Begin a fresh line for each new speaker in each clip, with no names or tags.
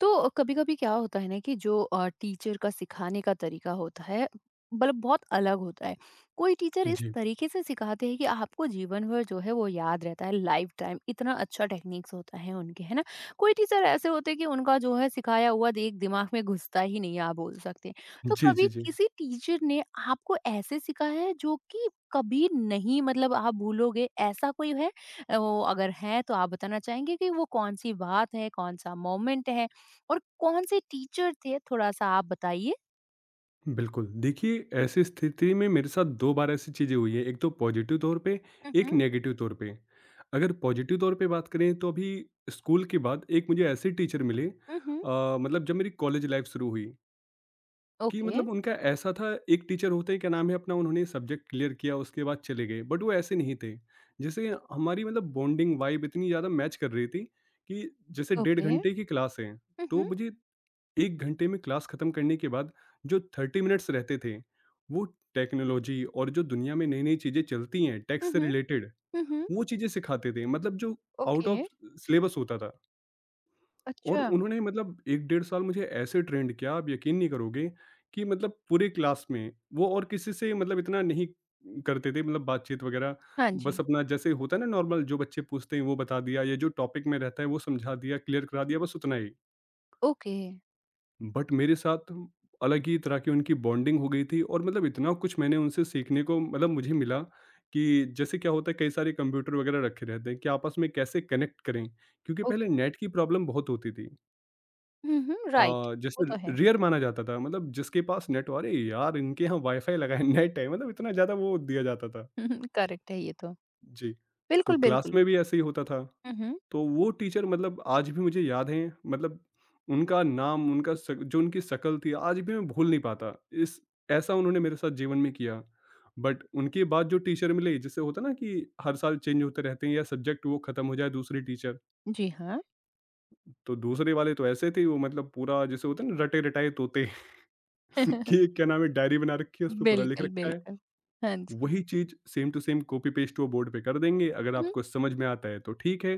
तो कभी-कभी क्या होता है ना कि जो टीचर का सिखाने का तरीका होता है मतलब बहुत अलग होता है। कोई टीचर इस
जी।
तरीके से सिखाते हैं कि आपको जीवन भर जो है वो याद रहता है लाइफ टाइम इतना अच्छा टेक्निक्स होता है उनके, है ना? कोई टीचर ऐसे होते हैं कि उनका जो है सिखाया हुआ एक दिमाग में घुसता ही नहीं है आप बोल सकते हैं। तो
जी,
कभी
जी, जी।
किसी टीचर ने आपको ऐसे सिखाया है जो कि कभी नहीं मतलब आप भूलोगे ऐसा कोई है? वो अगर है तो आप बताना चाहेंगे कि वो कौन-सी बात है, कौन-सा मोमेंट है? और कौन से टीचर थे थोड़ा-सा आप बताइए?
बिल्कुल, देखिए ऐसी स्थिति में मेरे साथ 2 बार ऐसी चीज़ें हुई है, एक तो पॉज़िटिव तौर पे,
हुँ,
एक
हुँ,
नेगेटिव तौर पे। अगर पॉज़िटिव तौर पे बात करें तो अभी स्कूल के बाद एक मुझे ऐसे टीचर मिले
हुँ, हुँ।
मतलब जब मेरी कॉलेज लाइफ़ शुरू हुई कि
ओके,
मतलब उनका ऐसा था एक टीचर होते हैं क्या नाम है अपना उन्होंने सब्जेक्ट क्लियर किया उसके बाद चले गए, बट वो ऐसे नहीं थे। जैसे हमारी मतलब बॉन्डिंग वाइब इतनी ज़्यादा मैच कर रही थी कि जैसे डेढ़
ओके।
घंटे की क्लास है,
हुँ,
तो
हुँ,
मुझे 1 घंटे में क्लास खत्म करने के बाद जो 30 मिनट्स रहते थे, वो टेक्नोलॉजी और जो दुनिया में नई-नई चीज़ें चलती हैं टेक
हुँ,
से
हुँ,
रिलेटेड,
हुँ, हुँ।
वो चीज़ें सिखाते थे। मतलब जो आउट
ओके,
ऑफ सिलेबस होता था और
अच्छा।
उन्होंने मतलब 1 डेढ़ साल मुझे ऐसे ट्रेंड किया, आप यकीन नहीं करोगे कि मतलब पूरे क्लास में वो और किसी से मतलब इतना नहीं करते थे मतलब बातचीत वगैरह।
हाँ जी,
बस अपना जैसे होता है ना नॉर्मल जो बच्चे पूछते हैं वो बता दिया या जो टॉपिक में रहता है वो समझा दिया, क्लियर करा दिया बस उतना ही।
ओके,
बट मेरे साथ अलग ही तरह की उनकी बॉन्डिंग हो गई थी और मतलब इतना कुछ मैंने उनसे सीखने को मतलब मुझे मिला कि जैसे क्या होता है कई सारे कंप्यूटर वगैरह रखे रहते हैं कि आपस में कैसे कनेक्ट करें क्योंकि
ओके।
पहले नेट की प्रॉब्लम बहुत होती थी।
हुँ, हुँ, राइट, वो
जैसे
तो है।
रेयर माना जाता था मतलब जिसके पास नेट अरे यार इनके यहाँ वाईफाई लगा है नेट है मतलब इतना ज़्यादा वो दिया जाता था।
हुँ, हुँ, करेक्ट है ये तो।
जी, तो
बिल्कुल,
क्लास
बिल्कुल।
में भी ऐसे ही होता था।
हुँ, हुँ,
तो वो टीचर मतलब आज भी मुझे याद हैं, मतलब उनका नाम, उनका शक जो उनकी शक्ल थी, आज भी मैं भूल नहीं पाता। इस ऐसा उन्होंने मेरे साथ जीवन में किया। बट उनके बाद जो टीचर मिले, जैसे होता है ना कि हर साल चेंज होते रहते हैं या सब्जेक्ट वो खत्म हो जाए, दूसरे टीचर।
जी हाँ।
तो दूसरे वाले तो ऐसे थे, वो मतलब पूरा जैसे होता है ना रटे-रटाए तोते कि क्या नाम है, डायरी बना रखी है, उसपे पूरा लिख
बिल्कुल,
रखा है।
बिल्कुल। हाँ जी।
वही चीज़ same to same copy paste वो बोर्ड पे कर देंगे, अगर
हुँ, हुँ,
आपको समझ में आता है तो ठीक है,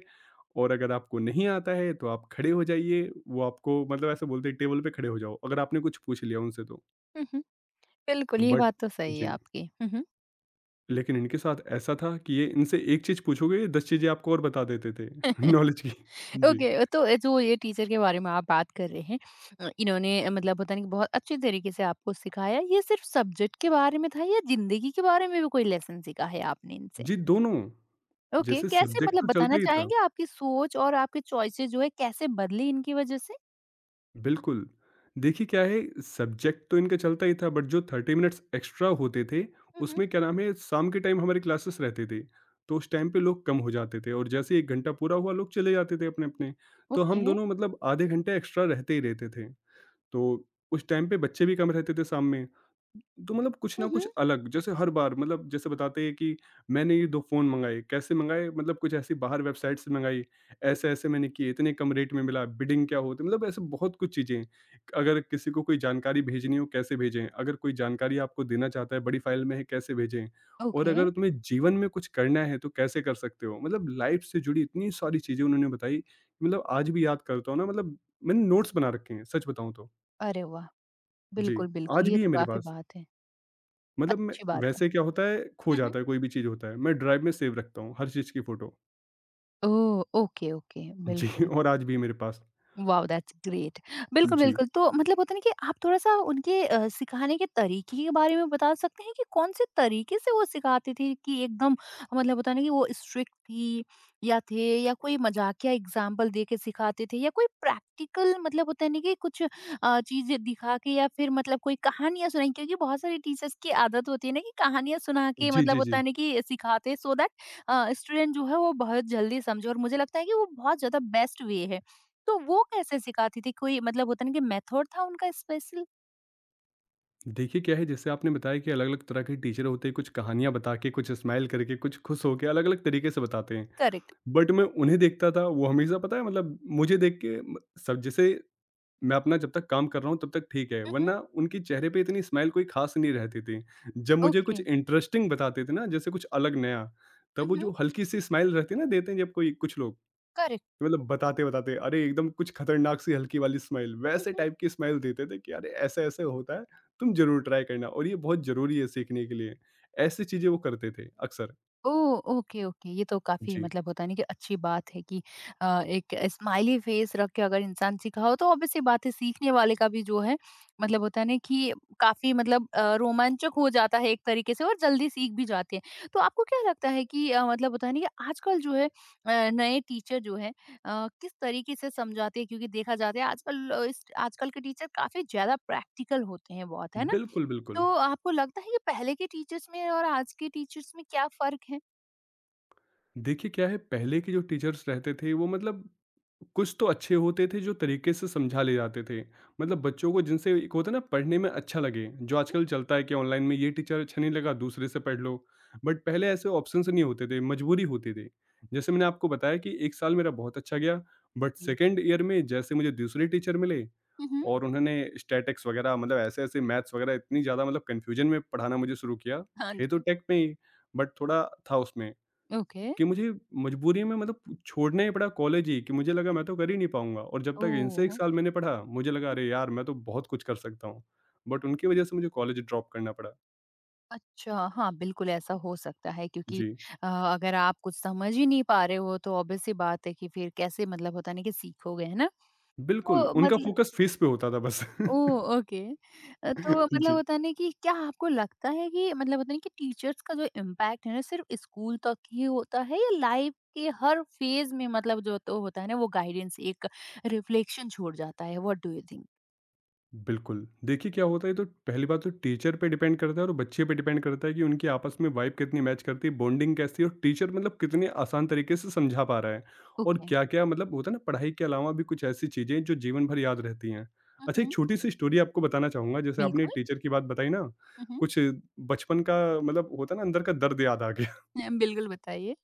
और अगर आपको नहीं आता है तो आप खड़े हो जाइए, वो आपको मतलब ऐसे बोलते हैं टेबल पे खड़े हो जाओ, अगर आपने कुछ पूछ लिया उनसे तो।
हुँ, हुँ। बिल्कुल, ये
बट
बात तो सही है
जी,
आपकी। हुँ, हुँ।
लेकिन इनके साथ ऐसा था कि ये इनसे एक चीज़ पूछोगे, 10 चीज़ें आपको और बता देते थे नॉलेज की। जी।
ओके, तो जो ये टीचर के बारे में आप बात कर रहे हैं इन्होंने मतलब पता नहीं बहुत अच्छे तरीके से आपको सिखाया ये सिर्फ सब्जेक्ट के बारे में था या जिंदगी के बारे में भी कोई लेसन सीखा है आपने इनसे।
जी, दोनों।
ओके,
जैसे
कैसे
सब्जेक्ट
मतलब
तो
बताना
चलता ही था।
चाहेंगे आपकी सोच और आपके चॉइसेस जो है कैसे बदली इनकी वजह से।
बिल्कुल। देखिए क्या है सब्जेक्ट तो इनका चलता ही था बट जो 30 मिनट्स एक्स्ट्रा होते थे,
हम्म।
उसमें क्या नाम है शाम के टाइम हमारी क्लासेस रहती थी। तो उस टाइम पे लोग कम हो जाते थे और जैसे ही 1 घंटा पूरा हुआ लोग चले जाते थे अपने-अपने। तो हम
ओके।
दोनों मतलब आधे घंटे एक्स्ट्रा रहते ही रहते थे। तो उस टाइम पे बच्चे भी कम रहते थे सामने। तो मतलब कुछ ना
हम्म।
कुछ अलग जैसे हर बार मतलब जैसे बताते हैं कि मैंने ये 2 फ़ोन मँगाए, कैसे मँगाए? मतलब कुछ ऐसी बाहर वेबसाइट से मँगाई, ऐसे-ऐसे मैंने किए, इतने कम रेट में मिला, बिडिंग क्या होती है? मतलब ऐसे बहुत कुछ चीज़ें हैं। अगर किसी को कोई जानकारी भेजनी हो कैसे भेजें? अगर कोई जानकारी आपको देना चाहता है बड़ी फ़ाइल में है कैसे भेजें? और
ओके।
अगर तुम्हें जीवन में कुछ करना है तो कैसे कर सकते हो? मतलब लाइफ़ से जुड़ी इतनी सारी चीज़ें उन्होंने बताई, कि मतलब आज भी याद करता हूँ ना मतलब मैंने नोट्स बना रखे हैं, सच बताऊँ तो।
अरे वाह।
जी,
बिल्कुल बिल्कुल
आज
ये
भी है
तो
मेरे
काफी
पास।
बात है।
मतलब मैं
अच्छी बात है।
वैसे क्या होता है खो
हम्म।
जाता है कोई भी चीज़ होता है, मैं ड्राइव में सेव रखता हूँ हर चीज़ की फ़ोटो।
ओह ओके, ओके,
जी
बिल्कुल।
और आज भी है मेरे पास।
वाओ! That's great. बिल्कुल,
जी।
बिल्कुल, तो मतलब होता है ना कि आप थोड़ा-सा उनके सिखाने के तरीके के बारे में बता सकते हैं कि कौन-से तरीके से वो सिखाती थी कि एकदम मतलब होता है ना कि वो स्ट्रिक्ट थी या थे या कोई मज़ाकिया एग्ज़ाम्पल दे के सिखाते थे या कोई प्रैक्टिकल मतलब होता है ना कि कुछ चीज़ें दिखा के या फिर मतलब कोई कहानियाँ सुनाई क्योंकि बहुत सारे टीचर्स की आदत होती है ना कि कहानियाँ सुना के
जी,
मतलब
जी,
होता है
जी।
ना कि सिखाते हैं सो दैट स्टूडेंट जो है वो बहुत जल्दी समझे और मुझे लगता है कि वो बहुत ज़्यादा बेस्ट वे है। तो वो कैसे सिखाती थी? कोई मतलब होता है ना कि मेथड था उनका स्पेशल?
देखिए क्या है जैसे आपने बताया कि अलग-अलग तरह के टीचर होते हैं, कुछ कहानियाँ बता के, कुछ स्माइल करके, कुछ खुश होके अलग-अलग तरीके से बताते हैं।
करेक्ट।
बट मैं उन्हें देखता था वो हमेशा पता है मतलब मुझे देख के म सब जैसे मैं अपना जब तक काम कर रहा हूँ तब तक ठीक है
हुँ, हुँ।
वरना उनके चेहरे पे इतनी स्माइल कोई खास नहीं रहती थी। जब मुझे
ओके।
कुछ इंटरेस्टिंग बताते थे ना जैसे कुछ अलग नया
हुँ,
तब वो
हुँ।
जो हल्की सी स्माइल रहती है ना देते हैं जब कोई कुछ लोग
करेक्ट।
मतलब बताते बताते अरे एकदम कुछ खतरनाक सी हल्की वाली स्माइल
हुँ,
वैसे
हुँ।
टाइप की स्माइल देते थे कि अरे ऐसे ऐसे होता है। तुम जरूर ट्राई करना और ये बहुत जरूरी है सीखने के लिए। ऐसी चीजें वो करते थे अक्सर।
ओह! Okay, okay. ये तो काफ़ी
जी।
मतलब होता है ना कि अच्छी बात है कि एक स्माइली फेस रख के अगर इंसान सीखा हो तो ऑब्वियस सी बात है सीखने वाले का भी जो है मतलब होता है ना कि काफ़ी मतलब रोमांचक हो जाता है एक तरीके से और जल्दी सीख भी जाते हैं। तो आपको क्या लगता है कि मतलब होता है ना कि आजकल जो है नए टीचर जो है किस तरीके से समझाते हैं? क्योंकि देखा जाता है आजकल इस आजकल के टीचर काफ़ी ज़्यादा प्रैक्टिकल होते हैं बहुत, है ना?
बिल्कुल, बिल्कुल।
तो आपको लगता है कि पहले के टीचर्स में और आज के टीचर्स में क्या फ़र्क है?
देखिए क्या है पहले के जो टीचर्स रहते थे वो मतलब कुछ तो अच्छे होते थे जो तरीके से समझा ले जाते थे मतलब बच्चों को जिनसे एक होता है ना पढ़ने में अच्छा लगे जो
हुँ,
आजकल चलता है कि ऑनलाइन में ये टीचर अच्छा नहीं लगा दूसरे से पढ़ लो बट पहले ऐसे ऑप्शंस नहीं होते थे मजबूरी होती थी। जैसे मैंने आपको बताया कि एक साल मेरा बहुत अच्छा गया बट
जी।
सेकेंड ईयर में जैसे मुझे दूसरे टीचर मिले
हुँ, हुँ।
और उन्होंने स्टैटिक्स वगैरह मतलब ऐसे ऐसे मैथ्स वगैरह इतनी ज़्यादा मतलब कन्फ्यूजन में पढ़ाना मुझे शुरू किया।
हाँ
थे तो
जी।
टेक में ही बट थोड़ा था उसमें
ओके।
कि मुझे मजबूरी में मतलब छोड़ना ही पड़ा कॉलेज ही कि मुझे लगा मैं तो कर ही नहीं पाऊँगा और जब तक इनसे 1
ओह!
साल मैंने पढ़ा, मुझे लगा अरे यार! मैं तो बहुत कुछ कर सकता हूँ। बट उनकी वजह से मुझे कॉलेज ड्रॉप करना पड़ा।
अच्छा, हाँ, बिल्कुल ऐसा हो सकता है क्योंकि
जी,
अ, अगर आप कुछ समझ ही नहीं पा रहे हो तो ऑब्वियस सी बात है कि फिर कैसे मतलब होता है ना कि सीखोगे, है ना?
बिल्कुल,
तो
उनका
मतलब
फ़ोकस फीस पे होता था बस।
ओह! ओके। तो मतलब
जी।
होता है ना कि क्या आपको लगता है कि मतलब होता है ना कि टीचर्स का जो इम्पैक्ट है ना सिर्फ़ स्कूल तक ही होता है या लाइफ़ के हर फ़ेज़ में मतलब जो तो होता है ना वो गाइडेंस एक रिफ्लेक्शन छोड़ जाता है? What do you think?
बिल्कुल। देखिए क्या होता है ये तो पहली बात तो टीचर पे डिपेंड करता है और बच्चे पे डिपेंड करता है कि उनकी आपस में वाइब कितनी मैच करती है, बॉन्डिंग कैसी है और टीचर मतलब कितने आसान तरीके से समझा पा रहा है। और
ओके।
क्या-क्या मतलब होता है ना पढ़ाई के अलावा भी कुछ ऐसी चीज़ें हैं जो जीवन भर याद रहती हैं।
हुँ,
अच्छा एक
हुँ।
छोटी-सी स्टोरी आपको बताना चाहूँगा जैसे आपने
बिल्कुल।
टीचर की बात बताई ना,
हुँ, हुँ।
कुछ बचपन का मतलब होता है ना अंदर का दर्द याद आ गया।
बिल्कुल बताइए।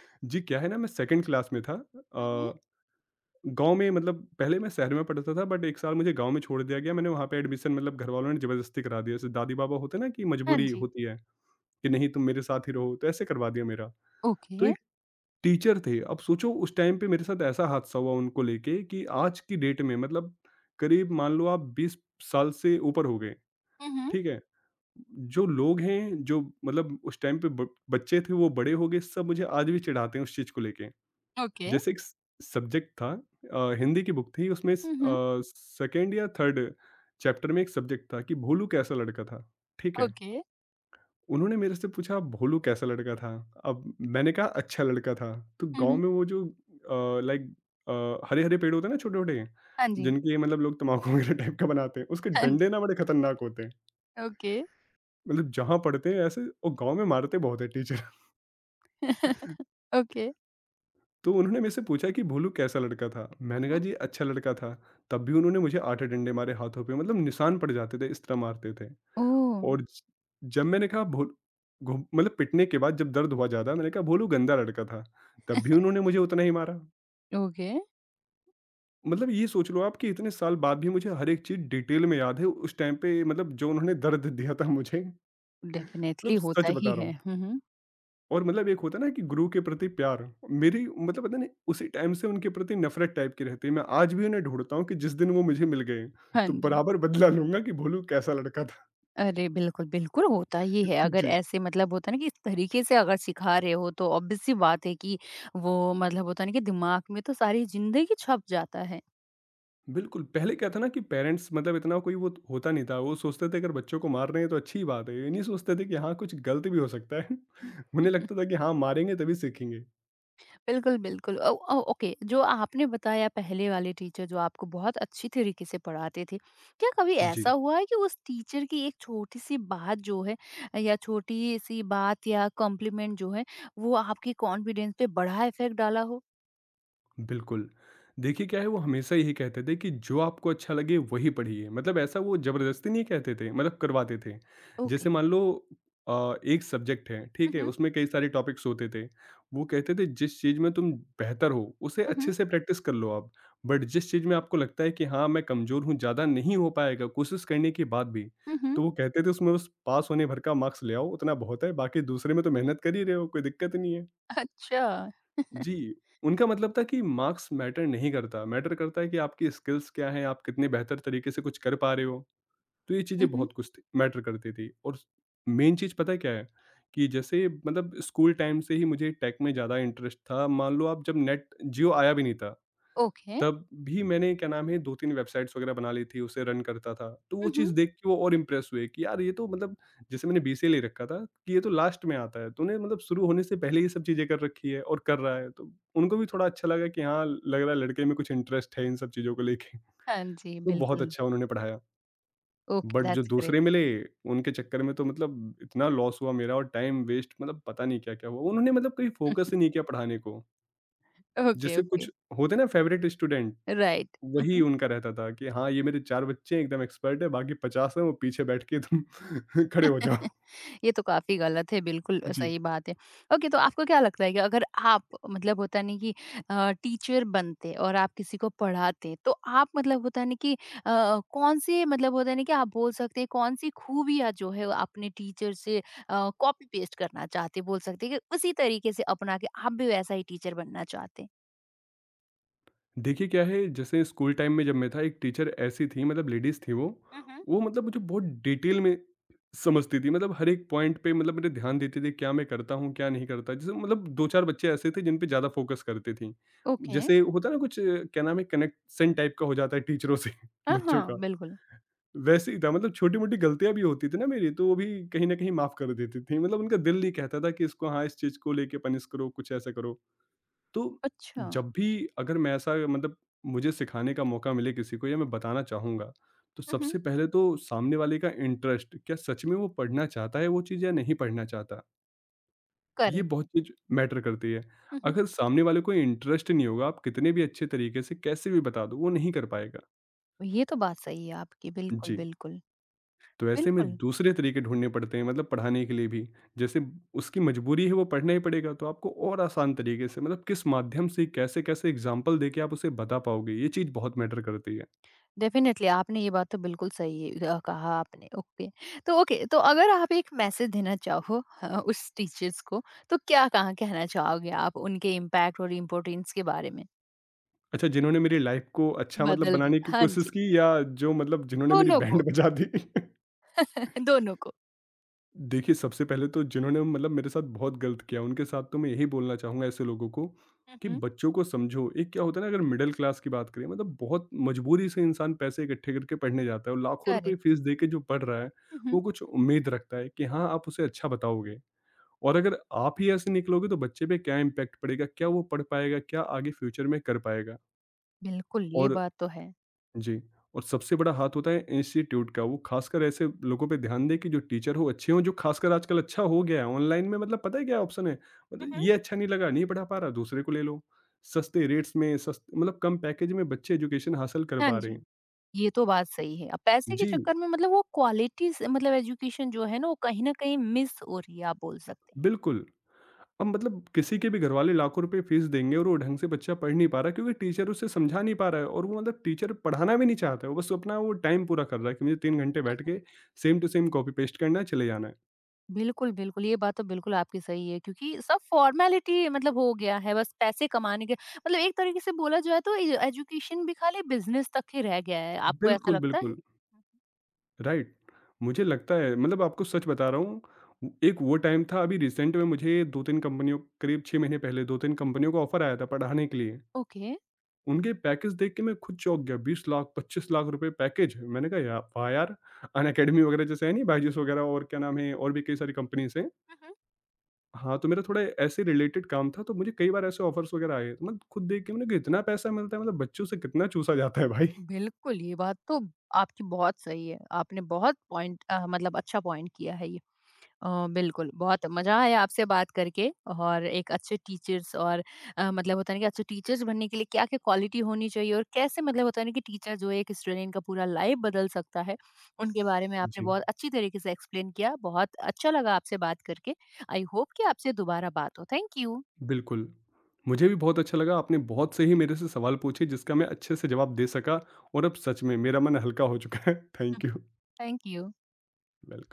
जी क्या है ना मैं सेकंड क्लास में था।
हुँ, हुँ।
अ गाँव में मतलब पहले मैं शहर में पढ़ता था बट 1 साल मुझे गाँव में छोड़ दिया गया। मैंने वहाँ पे एडमिशन मतलब घरवालों ने ज़बरदस्ती करा दिया। जैसे दादी-बाबा होते हैं ना कि
हाँ
मजबूरी
जी।
होती है कि नहीं तुम मेरे साथ ही रहो, तो ऐसे करवा दिया मेरा। तो
ओके।
एक टीचर थे, अब सोचो उस टाइम पे मेरे साथ ऐसा हादसा हुआ उनको लेके कि आज की डेट में मतलब करीब मान लो आप 20 साल से ऊपर हो गए,
हुँ, हुँ।
ठीक है? जो लोग हैं, जो मतलब उस टाइम पे ब बच्चे थे वो बड़े हो गए, सब मुझे आज भी चिढ़ाते हैं उस चीज़ को लेके।
ओके।
जैसे एक स सब्जेक्ट था हिंदी की बुक थी उसमें
हुँ, हुँ।
सेकंड या थर्ड चैप्टर में एक सब्जेक्ट था कि भोलू कैसा लड़का था, ठीक है?
ओके।
उन्होंने मेरे से पूछा भोलू कैसा लड़का था? अब मैंने कहा अच्छा लड़का था। तो
हुँ,
गाँव
हुँ।
में वो जो लाइक हरे-हरे पेड़ होते हैं ना छोटे-छोटे,
हाँ जी,
जिनके मतलब लोग तम्बाकू वगैरह टाइप का बनाते हैं, उसके
हाँ जी।
डंडे ना बड़े खतरनाक होते हैं।
ओके।
मतलब जहाँ पड़ते हैं ऐसे और गाँव में मारते बहुत हैं टीचर।
ओके। हुँ,
तो उन्होंने मेरे से पूछा कि भोलू कैसा लड़का था? मैंने कहा
हुँ।
जी अच्छा लड़का था। तब भी उन्होंने मुझे 8 डंडे मारे हाथों पे मतलब निशान पड़ जाते थे, इस तरह मारते थे।
ओह!
और ज जब मैंने कहा भोल घु मतलब पिटने के बाद जब दर्द हुआ ज़्यादा मैंने कहा भोलू गंदा लड़का था। तब भी उन्होंने मुझे उतना ही मारा।
ओके।
मतलब ये सोच लो आप कि इतने साल बाद भी मुझे हर एक चीज़ डिटेल में याद है। उस टाइम पे मतलब जो उन्होंने दर्द दिया था मुझे,
डेफ़िनेटली
मतलब
होता
सच
ही
बता रहा
है।
हूँ।
हुँ, हुँ।
और मतलब एक होता है ना कि गुरु के प्रति प्यार मेरी मतलब पता नहीं उसी टाइम से उनके प्रति नफरत टाइप की रहती है मैं आज भी उन्हें ढूंढता हूँ कि जिस दिन वो मुझे मिल गए
हाँ
तो
जी।
बराबर बदला लूंगा कि भोलू कैसा लड़का था।
अरे! बिल्कुल, बिल्कुल होता ही है। अगर
जी।
ऐसे मतलब होता है ना कि इस तरीके से अगर सिखा रहे हो तो ऑब्वियस सी बात है कि वो मतलब होता है ना कि दिमाग में तो सारी ज़िंदगी छप जाता है।
बिल्कुल पहले क्या था ना कि पेरेंट्स मतलब इतना कोई वो होता नहीं था वो सोचते थे अगर बच्चों को मार रहे हैं तो अच्छी बात है ये नहीं सोचते थे कि हाँ कुछ गलत भी हो सकता है। उन्हें लगता था कि हाँ मारेंगे तभी सीखेंगे।
बिल्कुल, बिल्कुल। ओ ओ ओके, जो आपने बताया पहले वाले टीचर जो आपको बहुत अच्छी तरीके से पढ़ाते थे, क्या कभी ऐसा
जी।
हुआ है कि उस टीचर की एक छोटी-सी बात जो है या छोटी-सी बात या कॉम्प्लीमेंट जो है, वो आपके कॉन्फिडेंस पे बड़ा इफ़ेक्ट डाला हो?
बिल्कुल। देखिए क्या है वो हमेशा यही कहते थे कि जो आपको अच्छा लगे वही पढ़िए। मतलब ऐसा वो ज़बरदस्ती नहीं कहते थे मतलब करवाते थे।
ओके।
जैसे मान लो एक सब्जेक्ट है,
हुँ,
ठीक है?
हुँ।
उसमें कई सारे टॉपिक्स होते थे। वो कहते थे जिस चीज़ में तुम बेहतर हो उसे
हुँ, हुँ।
अच्छे से प्रैक्टिस कर लो आप। बट जिस चीज़ में आपको लगता है कि हाँ, मैं कमज़ोर हूँ, ज़्यादा नहीं हो पाएगा कोशिश करने के बाद भी,
हुँ, हुँ।
तो वो कहते थे उसमें बस पास होने भर का मार्क्स ले आओ, उतना बहुत है। बाकी दूसरे में तो मेहनत कर ही रहे हो, कोई दिक्कत नहीं है।
अच्छा।
जी। उनका मतलब था कि मार्क्स मैटर नहीं करता, मैटर करता है कि आपकी स्किल्स क्या हैं, आप कितने बेहतर तरीके से कुछ कर पा रहे हो। तो ये
हुँ,
चीज़ें
हुँ।
बहुत कुछ थी, मैटर करती थी। और मेन चीज़ पता है क्या है? कि जैसे मतलब स्कूल टाइम से ही मुझे टेक में ज़्यादा इंटरेस्ट था। मान लो, आप जब नेट जियो आया भी नहीं था,
ओके।
तब भी मैंने क्या नाम है 2-3 वेबसाइट्स वगैरह बना ली थी, उसे रन करता था। तो वो
हुँ, हुँ।
चीज़ देख के वो और इम्प्रेस हुए कि यार, ये तो मतलब जैसे मैंने बीसीए ले रखा था, कि ये तो लास्ट में आता है, तूने मतलब शुरू होने से पहले ये सब चीज़ें कर रखी है और कर रहा है। तो उनको भी थोड़ा अच्छा लगा कि हाँ, लग रहा है लड़के में कुछ इंटरेस्ट है इन सब चीज़ों को लेके। तो
हाँ जी,
बहुत
बिल्कुल।
अच्छा उन्होंने पढ़ाया।
ओके,
बट जो
दैट्स ग्रेट।
दूसरे मिले, उनके चक्कर में तो मतलब इतना लॉस हुआ मेरा और टाइम वेस्ट, मतलब पता नहीं क्या-क्या हुआ। उन्होंने मतलब कहीं फोकस ही नहीं किया पढ़ाने को।
ओके,
जैसे
ओके।
कुछ होते हैं ना फेवरेट स्टूडेंट,
राइट। हुँ,
वही
हुँ।
उनका रहता था कि हाँ, ये मेरे 4 बच्चे हैं एकदम एक्सपर्ट है, बाकी 50 हैं वो पीछे बैठ के तुम खड़े हो जाओ।
ये तो काफ़ी गलत है, बिल्कुल
जी।
सही बात है। ओके, तो आपको क्या लगता है कि अगर आप मतलब होता नहीं कि टीचर बनते और आप किसी को पढ़ाते, तो आप मतलब होता नहीं कि कौन-से मतलब होता नहीं कि आप बोल सकते हैं कौन-सी खूबियाँ जो है वो अपने टीचर से कॉपी पेस्ट करना चाहते, बोल सकते हैं कि उसी तरीके से अपना के आप भी वैसा ही टीचर बनना चाहते?
देखिए क्या है, जैसे स्कूल टाइम में जब मैं था, एक टीचर ऐसी थी, मतलब लेडीज थी वो
हुँ, हुँ।
वो मतलब मुझे बहुत डिटेल में समझती थी, मतलब हर एक पॉइंट पे मतलब मेरे ध्यान देती थी, क्या मैं करता हूँ क्या नहीं करता। जैसे मतलब दो चार बच्चे ऐसे थे जिन पे ज़्यादा फोकस करती थी।
ओके।
जैसे होता ना कुछ क्या नाम है, कनेक्शन टाइप का हो जाता है टीचरों से
हाँ,
बच्चों
हाँ,
का।
बिल्कुल।
वैसे ही था, मतलब छोटी मोटी गलतियां भी होती थी ना मेरी, तो वो भी कहीं ना कहीं माफ कर देती थी, मतलब उनका दिल नहीं कहता था कि इसको हाँ, इस चीज को लेके पनिश करो, कुछ ऐसा करो। तो
अच्छा।
जब भी, अगर मैं ऐसा, मतलब मुझे सिखाने का मौका मिले किसी को या मैं बताना चाहूँगा, तो
हुँ, हुँ।
सबसे पहले तो सामने वाले का इंटरेस्ट, क्या सच में वो पढ़ना चाहता है वो चीज़ या नहीं पढ़ना चाहता? ये
करेक्ट।
बहुत चीज़ मैटर करती है।
हुँ, हुँ।
अगर सामने वाले को इंटरेस्ट नहीं होगा, आप कितने भी अच्छे तरीके से कैसे भी बता दो, वो नहीं कर पाएगा।
ये तो बात सही है आपकी, बिल्कुल,
जी।
बिल्कुल।
तो ऐसे में
बिल्कुल।
दूसरे तरीके ढूँढने पड़ते हैं, मतलब पढ़ाने के लिए भी। जैसे उसकी मजबूरी है, वो पढ़ना ही पड़ेगा, तो आपको और आसान तरीके से, मतलब किस माध्यम से कैसे-कैसे एग्ज़ाम्पल देके आप उसे बता पाओगे, ये चीज़ बहुत मैटर करती है।
डेफ़िनेटली, आपने ये बात तो बिल्कुल सही कहा आपने, ओके। तो ओके, तो अगर आप एक मैसेज देना चाहो उस टीचर्स को, तो क्या कहाँ कहना चाहोगे आप उनके इम्पैक्ट और इम्पोर्टेंस के बारे में?
अच्छा, जिन्होंने मेरी लाइफ़ को अच्छा मतलब
बदल
बनाने
दिया,
की
हाँ
कोशिश
जी,
की, या जो मतलब जिन्होंने मेरी
दोनों को
बैंड बजा दी।
दोनों को।
देखिए, सबसे पहले तो जिन्होंने मतलब मेरे साथ बहुत गलत किया, उनके साथ तो मैं यही बोलना चाहूँगा ऐसे लोगों को
हुँ,
कि
हुँ,
बच्चों को समझो। एक क्या होता है ना, अगर मिडल क्लास की बात करें, मतलब बहुत मजबूरी से इंसान पैसे इकट्ठे करके पढ़ने जाता है और लाखों रुपए
करेक्ट।
फीस दे के जो पढ़ रहा है,
हुँ, हुँ,
वो कुछ उम्मीद रखता है कि हाँ, आप उसे अच्छा बताओगे। और अगर आप ही ऐसे निकलोगे तो बच्चे पे क्या इम्पैक्ट पड़ेगा, क्या वो पढ़ पाएगा, क्या आगे फ्यूचर में कर पाएगा?
बिल्कुल, ये
और
बात तो है।
जी। और सबसे बड़ा हाथ होता है इंस्टीट्यूट का। वो खासकर ऐसे लोगों पे ध्यान दें कि जो टीचर हो अच्छे हों। जो खासकर आजकल अच्छा हो गया है, ऑनलाइन में मतलब पता है क्या ऑप्शन है?
हुँ,
मतलब
हुँ।
ये अच्छा नहीं लगा, नहीं पढ़ा पा रहा, दूसरे को ले लो। सस्ते रेट्स में सस्त मतलब कम पैकेज में बच्चे एजुकेशन हासिल कर
हाँ
पा रहे
जी,
हैं।
ये तो बात सही है। अब पैसे के
जी,
चक्कर में मतलब वो क्वालिटी से मतलब एजुकेशन जो है ना, वो कहीं न कहीं मिस हो रही है, आप बोल सकते
बिल्कुल। अब मतलब किसी के भी घरवाले लाखों रुपए फीस देंगे और वो ढंग से बच्चा पढ़ नहीं पा रहा, क्योंकि टीचर उसे समझा नहीं पा रहा है, और वो मतलब टीचर पढ़ाना भी नहीं चाहता है, वो बस अपना वो टाइम पूरा कर रहा है कि मुझे 3 घंटे
हैं।
बैठ के same to same copy paste करना है, चले जाना है।
बिल्कुल, बिल्कुल। ये बात तो बिल्कुल आपकी सही है क्योंकि सब फ़ॉर्मेलिटी मतलब हो गया है बस पैसे कमाने के मतलब एक तरीके से बोला जाए तो ए एजुकेशन भी खाली बिज़नेस तक ही रह गया है। आपको ऐसा
बिल्कुल,
लगता है?
बिल्कुल।
हुँ।
राइट। मुझे लगता है, मतलब आपको सच बता रहा हूँ, उ एक वो टाइम था अभी रिसेंट में, मुझे 2-3 कंपनियों, करीब 6 महीने पहले 2-3 कंपनियों का ऑफ़र आया था पढ़ाने के लिए।
ओके।
उनके पैकेज देख के मैं खुद चौंक गया, 20 लाख, 25 लाख रुपए पैकेज। मैंने कहा या वाह यार! अनअकैडमी वगैरह, जैसे है नहीं, बायजूस वगैरह और क्या नाम है और भी कई सारी कंपनीज़ हैं।
हुँ, हुँ।
हाँ, तो मेरा थोड़ा ऐसे रिलेटेड काम था, तो मुझे कई बार ऐसे ऑफ़र्स वगैरह आए। तो मैं खुद देख के मैंने कहा इतना पैसा मिलता है, मतलब बच्चों से कितना चूसा जाता है भाई।
बिल्कुल, ये बात तो आपकी बहुत सही है। आपने बहुत पॉइंट मतलब अच्छा पॉइंट किया है ये। बिल्कुल, बहुत मज़ा आया आपसे बात करके और एक अच्छे टीचर्स और मतलब होता है ना कि अच्छे टीचर्स बनने के लिए क्या-क्या क्वालिटी होनी चाहिए और कैसे मतलब होता है ना कि टीचर जो है एक स्टूडेंट का पूरा लाइफ बदल सकता है, उनके बारे में आपने
जी।
बहुत अच्छी तरीके से एक्सप्लेन किया। बहुत अच्छा लगा आपसे बात करके। आई होप कि आपसे दोबारा बात हो। Thank you.
बिल्कुल। मुझे भी बहुत अच्छा लगा, आपने बहुत से ही मेरे से सवाल पूछे जिसका मैं अच्छे से जवाब दे सका, और अब सच में मेरा मन हल्का हो चुका है। Thank you.
Thank you.
Welcome.